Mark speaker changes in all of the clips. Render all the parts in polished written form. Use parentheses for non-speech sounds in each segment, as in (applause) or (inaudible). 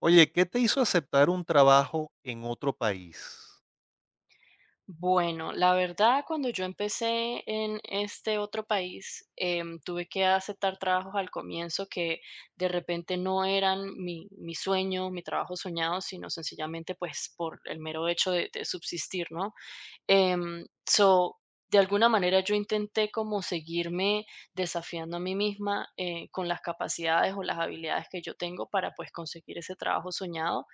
Speaker 1: Oye, ¿qué te hizo aceptar un trabajo en otro país?
Speaker 2: Bueno, la verdad, cuando yo empecé en este otro país, tuve que aceptar trabajos al comienzo que de repente no eran mi sueño, mi trabajo soñado, sino sencillamente pues por el mero hecho de subsistir, ¿no? Em, so, de alguna manera yo intenté como seguirme desafiando a mí misma con las capacidades o las habilidades que yo tengo para pues conseguir ese trabajo soñado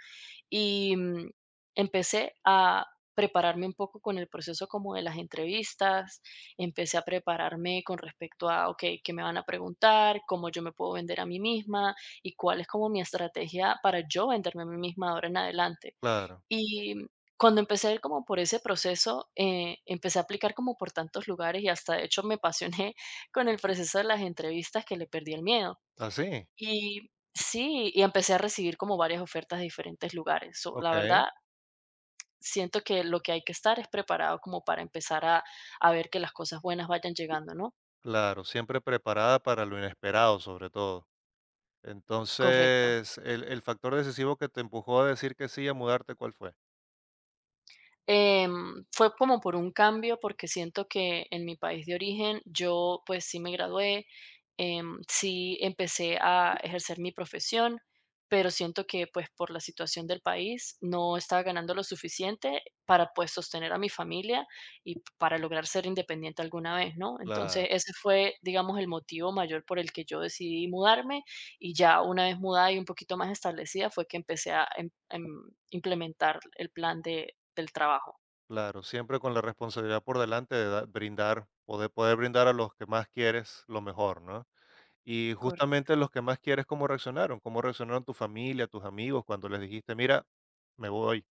Speaker 2: y, mm, empecé a prepararme un poco con el proceso como de las entrevistas, empecé a prepararme con respecto a, okey, ¿qué me van a preguntar? ¿Cómo yo me puedo vender a mí misma? ¿Y cuál es como mi estrategia para yo venderme a mí misma ahora en adelante?
Speaker 1: Claro.
Speaker 2: Y mm, cuando empecé a ir como por ese proceso, empecé a aplicar como por tantos lugares y hasta de hecho me apasioné (laughs) con el proceso de las entrevistas que le perdí el miedo.
Speaker 1: ¿Así? ¿Sí?
Speaker 2: Y sí, y empecé a recibir como varias ofertas de diferentes lugares. So, la
Speaker 1: Ok.
Speaker 2: verdad, siento que lo que hay que estar es preparado como para empezar a ver que las cosas buenas vayan llegando, ¿no?
Speaker 1: Claro, siempre preparada para lo inesperado, sobre todo.
Speaker 2: Correcto.
Speaker 1: Entonces, el factor decisivo que te empujó a decir que sí, y a mudarte, ¿cuál fue?
Speaker 2: Fue como por un cambio, porque siento que en mi país de origen yo pues sí me gradué, sí empecé a ejercer mi profesión, pero siento que pues por la situación del país no estaba ganando lo suficiente para pues sostener a mi familia y para lograr ser independiente alguna vez, ¿no?
Speaker 1: Claro,
Speaker 2: Entonces ese fue, digamos, el motivo mayor por el que yo decidí mudarme y ya una vez mudada y un poquito más establecida fue que empecé a implementar el plan del trabajo.
Speaker 1: claro, siempre con la responsabilidad por delante de da brindar, poder brindar a los que más quieres lo mejor, ¿no? Y
Speaker 2: Correcto.
Speaker 1: justamente los que más quieres, ¿cómo reaccionaron? ¿Cómo reaccionaron tu familia, tus amigos cuando les dijiste: "Mira, me voy"?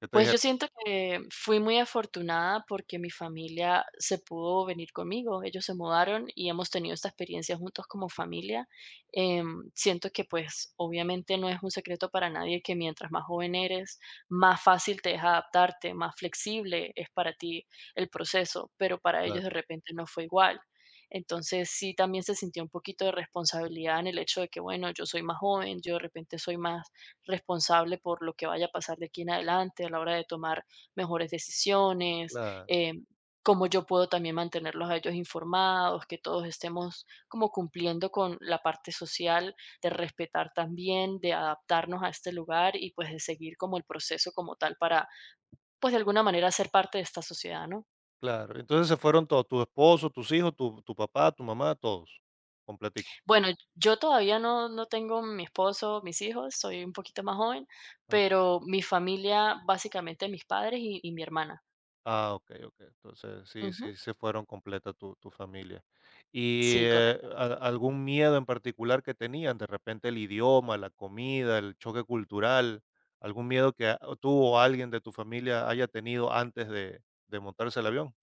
Speaker 1: ¿Qué te
Speaker 2: Pues yo
Speaker 1: dijeron?
Speaker 2: siento que fui muy afortunada porque mi familia se pudo venir conmigo. Ellos se mudaron y hemos tenido esta experiencia juntos como familia. Siento que pues obviamente no es un secreto para nadie que mientras más joven eres, más fácil te es adaptarte, más flexible es para ti el proceso, pero para ellos
Speaker 1: Claro,
Speaker 2: de repente no fue igual. Entonces sí también se sintió un poquito de responsabilidad en el hecho de que, bueno, yo soy más joven, yo de repente soy más responsable por lo que vaya a pasar de aquí en adelante a la hora de tomar mejores decisiones,
Speaker 1: claro.
Speaker 2: eh, cómo yo puedo también mantenerlos a ellos informados, que todos estemos como cumpliendo con la parte social, de respetar también, de adaptarnos a este lugar y pues de seguir como el proceso como tal para, pues de alguna manera ser parte de esta sociedad, ¿no?
Speaker 1: Claro, entonces se fueron todos, tu esposo, tus hijos, tu papá, tu mamá, todos, completico.
Speaker 2: Bueno, yo todavía no tengo mi esposo, mis hijos, soy un poquito más joven,
Speaker 1: Okey.
Speaker 2: pero mi familia, básicamente mis padres y mi hermana.
Speaker 1: Ah, ok, ok. Entonces sí
Speaker 2: Ujú.
Speaker 1: sí se fueron completa tu familia. Y,
Speaker 2: Sí, correcto.
Speaker 1: ¿a algún miedo en particular que tenían? De repente el idioma, la comida, el choque cultural, algún miedo que a tú o alguien de tu familia haya tenido antes de montarse el avión.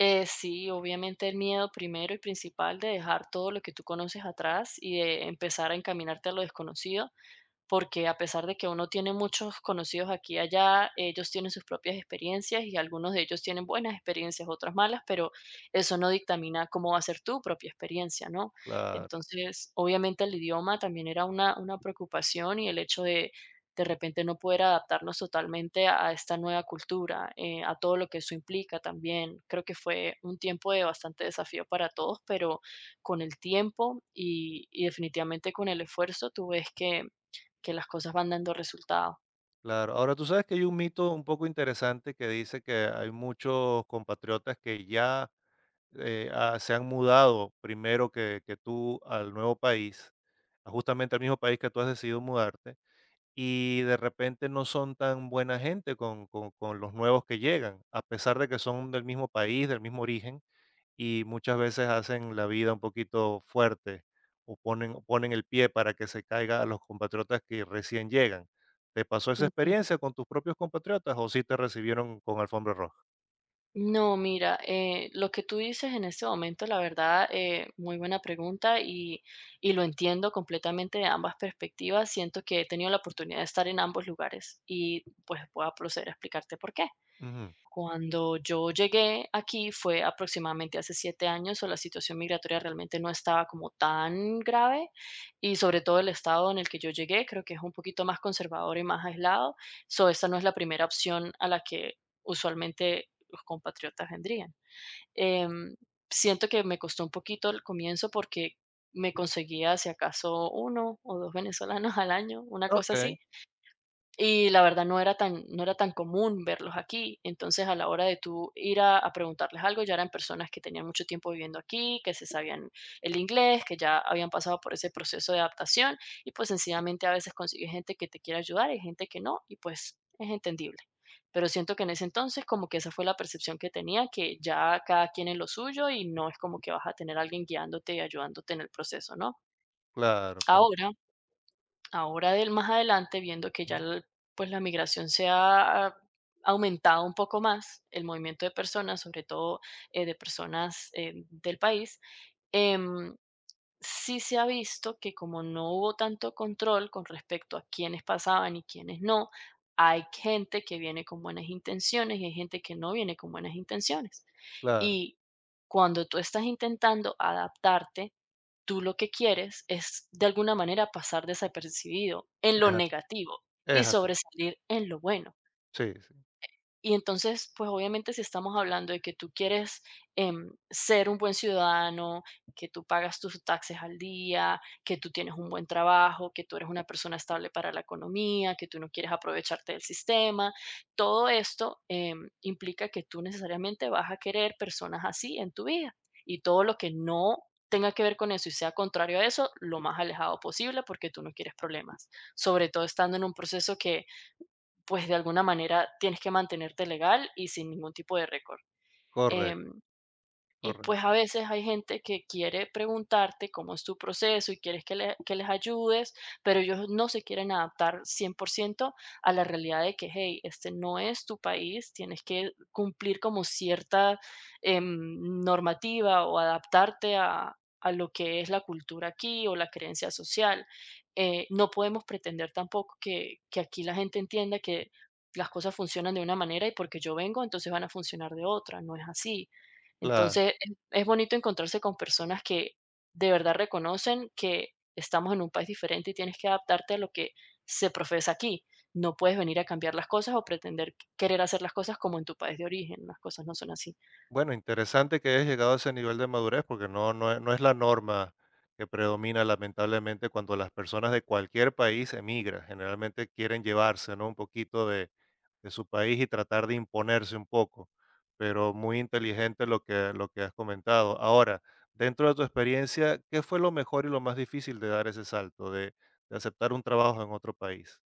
Speaker 2: Sí, obviamente el miedo primero y principal de dejar todo lo que tú conoces atrás y de empezar a encaminarte a lo desconocido. Porque a pesar de que uno tiene muchos conocidos aquí y allá, ellos tienen sus propias experiencias y algunos de ellos tienen buenas experiencias, otras malas, pero eso no dictamina cómo va a ser tu propia experiencia, ¿no?
Speaker 1: Claro,
Speaker 2: Entonces, obviamente el idioma también era una preocupación y el hecho de repente no poder adaptarnos totalmente a esta nueva cultura, a todo lo que eso implica también. Creo que fue un tiempo de bastante desafío para todos, pero con el tiempo y definitivamente con el esfuerzo, tú ves que las cosas van dando resultado,
Speaker 1: claro. Ahora, tú sabes que hay un mito un poco interesante que dice que hay muchos compatriotas que ya se han mudado primero que tú al nuevo país, a justamente al mismo país que tú has decidido mudarte, y de repente no son tan buena gente con los nuevos que llegan, a pesar de que son del mismo país, del mismo origen, y muchas veces hacen la vida un poquito fuerte o ponen el pie para que se caiga a los compatriotas que recién llegan. ¿Te pasó
Speaker 2: ¿me
Speaker 1: esa
Speaker 2: entiendes?
Speaker 1: experiencia con tus propios compatriotas o sí te recibieron con alfombra roja?
Speaker 2: No, mira, lo que tú dices en este momento, la verdad, muy buena pregunta y lo entiendo completamente de ambas perspectivas. Siento que he tenido la oportunidad de estar en ambos lugares y pues voy a proceder a explicarte por qué.
Speaker 1: Ujú.
Speaker 2: Cuando yo llegué aquí fue aproximadamente hace 7 años, o la situación migratoria realmente no estaba como tan grave, y sobre todo el estado en el que yo llegué, creo que es un poquito más conservador y más aislado. So, esta no es la primera opción a la que usualmente los compatriotas vendrían. Em, Siento que me costó un poquito el comienzo porque me conseguía, si acaso, uno o 2 venezolanos al año, una
Speaker 1: Ok,
Speaker 2: cosa así, y la verdad no era tan común verlos aquí. Entonces, a la hora de tú ir a preguntarles algo, ya eran personas que tenían mucho tiempo viviendo aquí, que se sabían el inglés, que ya habían pasado por ese proceso de adaptación y, pues, sencillamente a veces consigues gente que te quiere ayudar y gente que no, y pues es entendible. Pero siento que en ese entonces como que esa fue la percepción que tenía, que ya cada quien en lo suyo y no es como que vas a tener a alguien guiándote y ayudándote en el proceso, ¿no?
Speaker 1: claro, claro,
Speaker 2: Ahora Ahora del más adelante, viendo que ya
Speaker 1: ujú,
Speaker 2: el- pues la migración se ha aumentado un poco más, el movimiento de personas, sobre todo de personas del país, em, sí se ha visto que como no hubo tanto control con respecto a quiénes pasaban y quiénes no, hay gente que viene con buenas intenciones y hay gente que no viene con buenas intenciones.
Speaker 1: claro.
Speaker 2: Y cuando tú estás intentando adaptarte tú lo que quieres es de alguna manera pasar desapercibido en
Speaker 1: Es
Speaker 2: lo
Speaker 1: así,
Speaker 2: negativo y
Speaker 1: es así.
Speaker 2: sobresalir en lo bueno.
Speaker 1: Sí, sí.
Speaker 2: Y entonces, pues obviamente si estamos hablando de que tú quieres ser un buen ciudadano, que tú pagas tus taxes al día, que tú tienes un buen trabajo, que tú eres una persona estable para la economía, que tú no quieres aprovecharte del sistema, todo esto implica que tú necesariamente vas a querer personas así en tu vida. Y todo lo que no tenga que ver con eso y sea contrario a eso, lo más alejado posible porque tú no quieres problemas, sobre todo estando en un proceso que pues de alguna manera tienes que mantenerte legal y sin ningún tipo de récord.
Speaker 1: Correcto,
Speaker 2: Em, y pues a
Speaker 1: correcto.
Speaker 2: veces hay gente que quiere preguntarte cómo es tu proceso y quieres que les ayudes, pero ellos no se quieren adaptar 100% a la realidad de que, hey, este no es tu país, tienes que cumplir como cierta normativa o adaptarte a lo que es la cultura aquí o la creencia social. No podemos pretender tampoco que aquí la gente entienda que las cosas funcionan de una manera y porque yo vengo, entonces van a funcionar de otra. No es así. Entonces,
Speaker 1: Claro.
Speaker 2: es bonito encontrarse con personas que de verdad reconocen que estamos en un país diferente y tienes que adaptarte a lo que se profesa aquí. No puedes venir a cambiar las cosas o pretender querer hacer las cosas como en tu país de origen. Las cosas no son así.
Speaker 1: Bueno, interesante que hayas llegado a ese nivel de madurez, porque no es la norma que predomina lamentablemente cuando las personas de cualquier país emigran. Generalmente quieren llevarse, ¿no? Un poquito de su país y tratar de imponerse un poco. Pero muy inteligente lo que has comentado. Ahora, dentro de tu experiencia, ¿qué fue lo mejor y lo más difícil de dar ese salto, de aceptar un trabajo en otro país?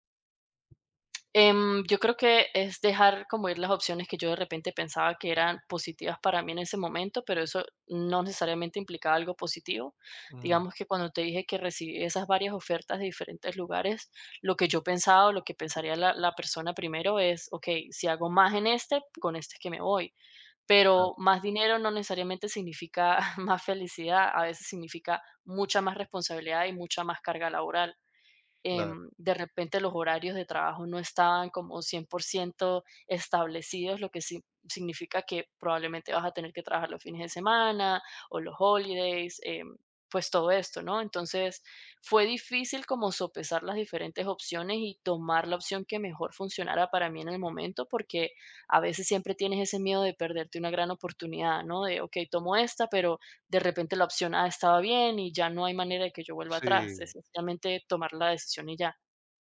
Speaker 2: Yo creo que es dejar como ir las opciones que yo de repente pensaba que eran positivas para mí en ese momento, pero eso no necesariamente implicaba algo positivo.
Speaker 1: Ujú.
Speaker 2: Digamos que cuando te dije que recibí esas varias ofertas de diferentes lugares, lo que yo pensaba o lo que pensaría la persona primero es, ok, si hago más en este, con este es que me voy.
Speaker 1: Claro,
Speaker 2: Pero más dinero no necesariamente significa (laughs) más felicidad, a veces significa mucha más responsabilidad y mucha más carga laboral.
Speaker 1: claro.
Speaker 2: De repente los horarios de trabajo no estaban como 100% establecidos, lo que sí significa que probablemente vas a tener que trabajar los fines de semana o los holidays, pues todo esto, ¿no? Entonces fue difícil como sopesar las diferentes opciones y tomar la opción que mejor funcionara para mí en el momento, porque a veces siempre tienes ese miedo de perderte una gran oportunidad, ¿no? De, ok, tomo esta, pero de repente la opción A estaba bien y ya no hay manera de que yo vuelva atrás, es
Speaker 1: Sí.
Speaker 2: sencillamente tomar la decisión y ya.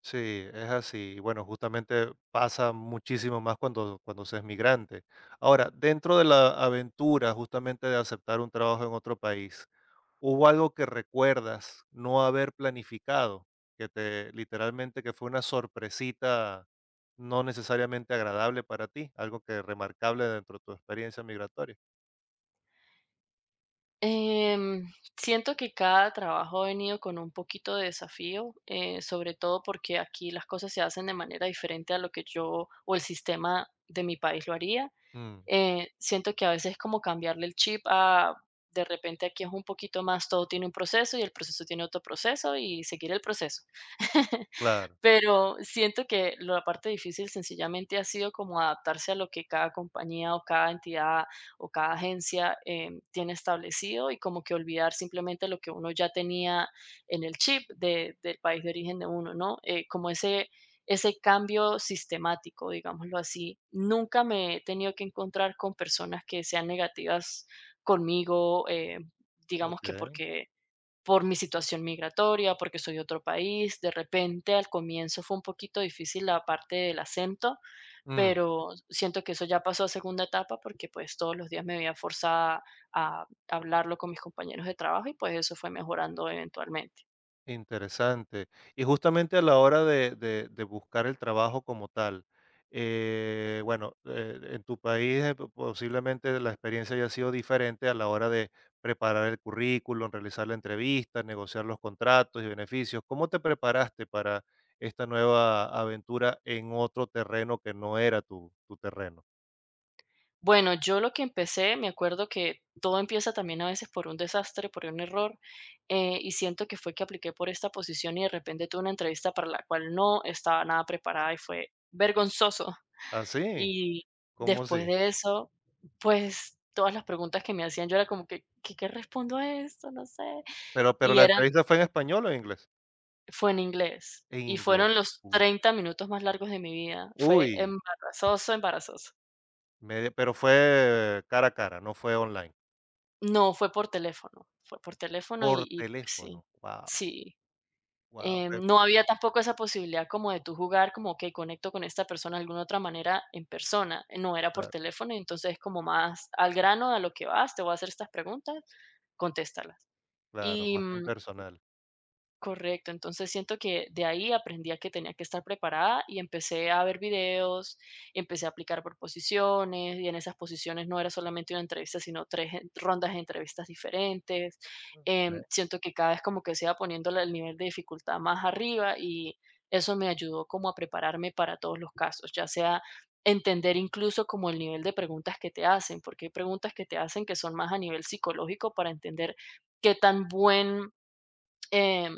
Speaker 1: Sí, es así. Y bueno, justamente pasa muchísimo más cuando se es migrante. Ahora, dentro de la aventura justamente de aceptar un trabajo en otro país, ¿hubo algo que recuerdas no haber planificado, que te literalmente que fue una sorpresita no necesariamente agradable para ti, algo que remarcable dentro de tu experiencia migratoria?
Speaker 2: Em, Siento que cada trabajo ha venido con un poquito de desafío, sobre todo porque aquí las cosas se hacen de manera diferente a lo que yo o el sistema de mi país lo haría.
Speaker 1: Mm,
Speaker 2: Siento que a veces es como cambiarle el chip de repente aquí es un poquito más, todo tiene un proceso y el proceso tiene otro proceso y seguir el proceso. (laughs)
Speaker 1: claro,
Speaker 2: Pero siento que la parte difícil sencillamente ha sido como adaptarse a lo que cada compañía o cada entidad o cada agencia tiene establecido y como que olvidar simplemente lo que uno ya tenía en el chip del país de origen de uno, ¿no? Ese cambio sistemático, digámoslo así. Nunca me he tenido que encontrar con personas que sean negativas conmigo, digamos que
Speaker 1: ok.
Speaker 2: porque por mi situación migratoria, porque soy de otro país. De repente, al comienzo fue un poquito difícil la parte del acento,
Speaker 1: Mm.
Speaker 2: pero siento que eso ya pasó a segunda etapa porque pues todos los días me veía forzada a hablarlo con mis compañeros de trabajo y pues eso fue mejorando eventualmente.
Speaker 1: Interesante. Y justamente a la hora de, de buscar el trabajo como tal, bueno, en tu país posiblemente la experiencia haya sido diferente a la hora de preparar el currículum, realizar la entrevista, negociar los contratos y beneficios. ¿Cómo te preparaste para esta nueva aventura en otro terreno que no era tu terreno?
Speaker 2: Bueno, yo lo que empecé, me acuerdo que todo empieza también a veces por un desastre, por un error, y siento que fue que apliqué por esta posición y de repente tuve una entrevista para la cual no estaba nada preparada y fue vergonzoso.
Speaker 1: ¿Ah, sí?
Speaker 2: Y
Speaker 1: ¿Cómo
Speaker 2: después
Speaker 1: sí?
Speaker 2: de eso, pues, todas las preguntas que me hacían, yo era como que: "¿Qué respondo a esto? No sé".
Speaker 1: Pero, ¿pero
Speaker 2: Y
Speaker 1: la
Speaker 2: eran
Speaker 1: entrevista fue en español o en inglés?
Speaker 2: Fue en inglés,
Speaker 1: En
Speaker 2: y
Speaker 1: inglés.
Speaker 2: fueron los
Speaker 1: Uy.
Speaker 2: 30 minutos más largos de mi vida. Fue
Speaker 1: Uy.
Speaker 2: embarazoso, embarazoso.
Speaker 1: Media, pero ¿fue cara a cara, no fue online?
Speaker 2: No, fue por teléfono y
Speaker 1: Por
Speaker 2: y pues sí,
Speaker 1: teléfono. Wow.
Speaker 2: sí.
Speaker 1: Wow, pe.
Speaker 2: No había tampoco esa posibilidad como de tú jugar, como, que conecto con esta persona de alguna otra manera en persona, no, era por
Speaker 1: Claro,
Speaker 2: teléfono, entonces como más al grano, a lo que vas, te voy a hacer estas preguntas, contéstalas.
Speaker 1: claro,
Speaker 2: Y,
Speaker 1: más
Speaker 2: mm,
Speaker 1: impersonal.
Speaker 2: Correcto, entonces siento que de ahí aprendí a que tenía que estar preparada y empecé a ver videos, empecé a aplicar por posiciones y en esas posiciones no era solamente una entrevista, sino tres rondas de entrevistas diferentes.
Speaker 1: Sí.
Speaker 2: Siento que cada vez como que se iba poniendo el nivel de dificultad más arriba y eso me ayudó como a prepararme para todos los casos, ya sea entender incluso como el nivel de preguntas que te hacen, porque hay preguntas que te hacen que son más a nivel psicológico para entender qué tan buen Em,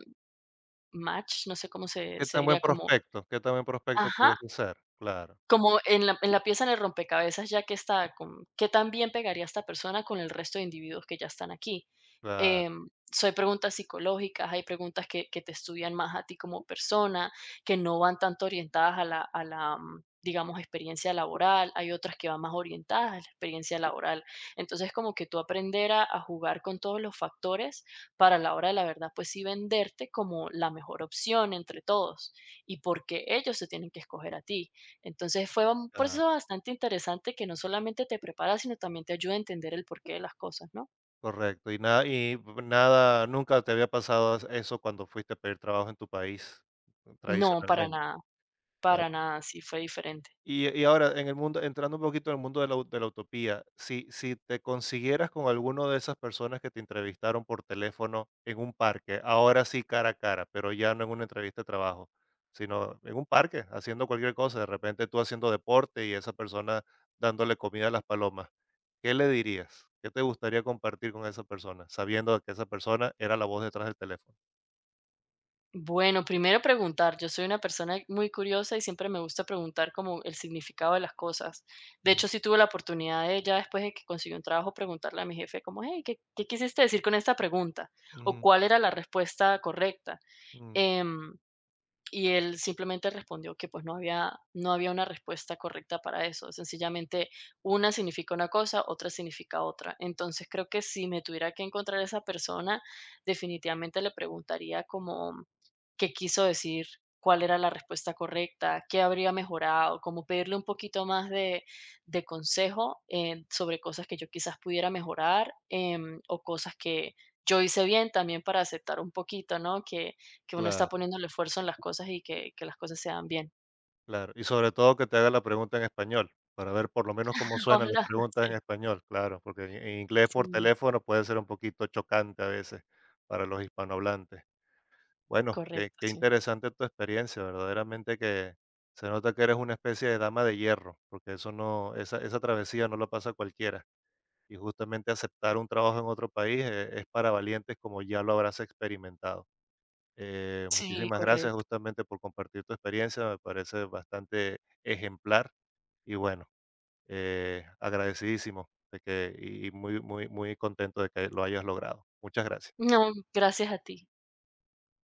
Speaker 2: match, no sé cómo se
Speaker 1: ¿Qué
Speaker 2: se
Speaker 1: tan buen
Speaker 2: diría, como
Speaker 1: prospecto? ¿Qué tan buen prospecto
Speaker 2: ajá,
Speaker 1: pudiese ser? Claro,
Speaker 2: como en la pieza en el rompecabezas, ya que está, con qué tan bien pegaría esta persona con el resto de individuos que ya están aquí.
Speaker 1: claro,
Speaker 2: Em, so, hay preguntas psicológicas, hay preguntas que te estudian más a ti como persona, que no van tanto orientadas a la, digamos, experiencia laboral, hay otras que van más orientadas a la experiencia laboral. Entonces, como que tú aprender a jugar con todos los factores para la hora de la verdad, pues sí venderte como la mejor opción entre todos, y porque ellos se tienen que escoger a ti. Entonces fue un
Speaker 1: claro,
Speaker 2: proceso bastante interesante que no solamente te prepara, sino también te ayuda a entender el porqué de las cosas, ¿no?
Speaker 1: correcto. Y nada, y nada, nunca te había pasado eso cuando fuiste a pedir trabajo en tu país,
Speaker 2: No,
Speaker 1: tradicionalmente. Claro.
Speaker 2: para nada, sí fue diferente.
Speaker 1: Y ahora en el mundo, entrando un poquito en el mundo de la u de la utopía, si te consiguieras con alguno de esas personas que te entrevistaron por teléfono en un parque, ahora sí cara a cara, pero ya no en una entrevista de trabajo, sino en un parque, haciendo cualquier cosa, de repente tú haciendo deporte y esa persona dándole comida a las palomas, ¿qué le dirías? ¿Qué te gustaría compartir con esa persona, sabiendo que esa persona era la voz detrás del teléfono?
Speaker 2: Bueno, primero preguntar. Yo soy una persona muy curiosa y siempre me gusta preguntar como el significado de las cosas. De
Speaker 1: Mm,
Speaker 2: hecho, sí tuve la oportunidad de ya después de que conseguí un trabajo preguntarle a mi jefe como, hey, ¿qué quisiste decir con esta pregunta? ¿O
Speaker 1: ujú,
Speaker 2: cuál era la respuesta correcta?
Speaker 1: mm,
Speaker 2: Em, Y él simplemente respondió que pues no había, no había una respuesta correcta para eso. Sencillamente una significa una cosa, otra significa otra. Entonces creo que si me tuviera que encontrar esa persona, definitivamente le preguntaría como qué quiso decir, cuál era la respuesta correcta, qué habría mejorado, como pedirle un poquito más de consejo sobre cosas que yo quizás pudiera mejorar o cosas que yo hice bien también para aceptar un poquito, ¿no? Que uno está
Speaker 1: claro.
Speaker 2: poniendo el esfuerzo en las cosas y que las cosas se dan bien.
Speaker 1: Claro, y sobre todo que te haga la pregunta en español, para ver por lo menos cómo
Speaker 2: (laughs)
Speaker 1: suenan las
Speaker 2: Hola,
Speaker 1: preguntas en
Speaker 2: sí,
Speaker 1: español, claro, porque en inglés por
Speaker 2: sí,
Speaker 1: teléfono puede ser un poquito chocante a veces para los hispanohablantes. Bueno, qué,
Speaker 2: correcto,
Speaker 1: qué
Speaker 2: sí.
Speaker 1: interesante tu experiencia, verdaderamente que se nota que eres una especie de dama de hierro, porque eso no, esa travesía no lo pasa cualquiera. Y justamente aceptar un trabajo en otro país es para valientes, como ya lo habrás experimentado.
Speaker 2: Sí,
Speaker 1: Muchísimas gracias
Speaker 2: correcto.
Speaker 1: justamente por compartir tu experiencia, me parece bastante ejemplar y bueno, agradecidísimo de que muy, muy, muy contento de que lo hayas logrado. Muchas gracias.
Speaker 2: No, gracias a ti.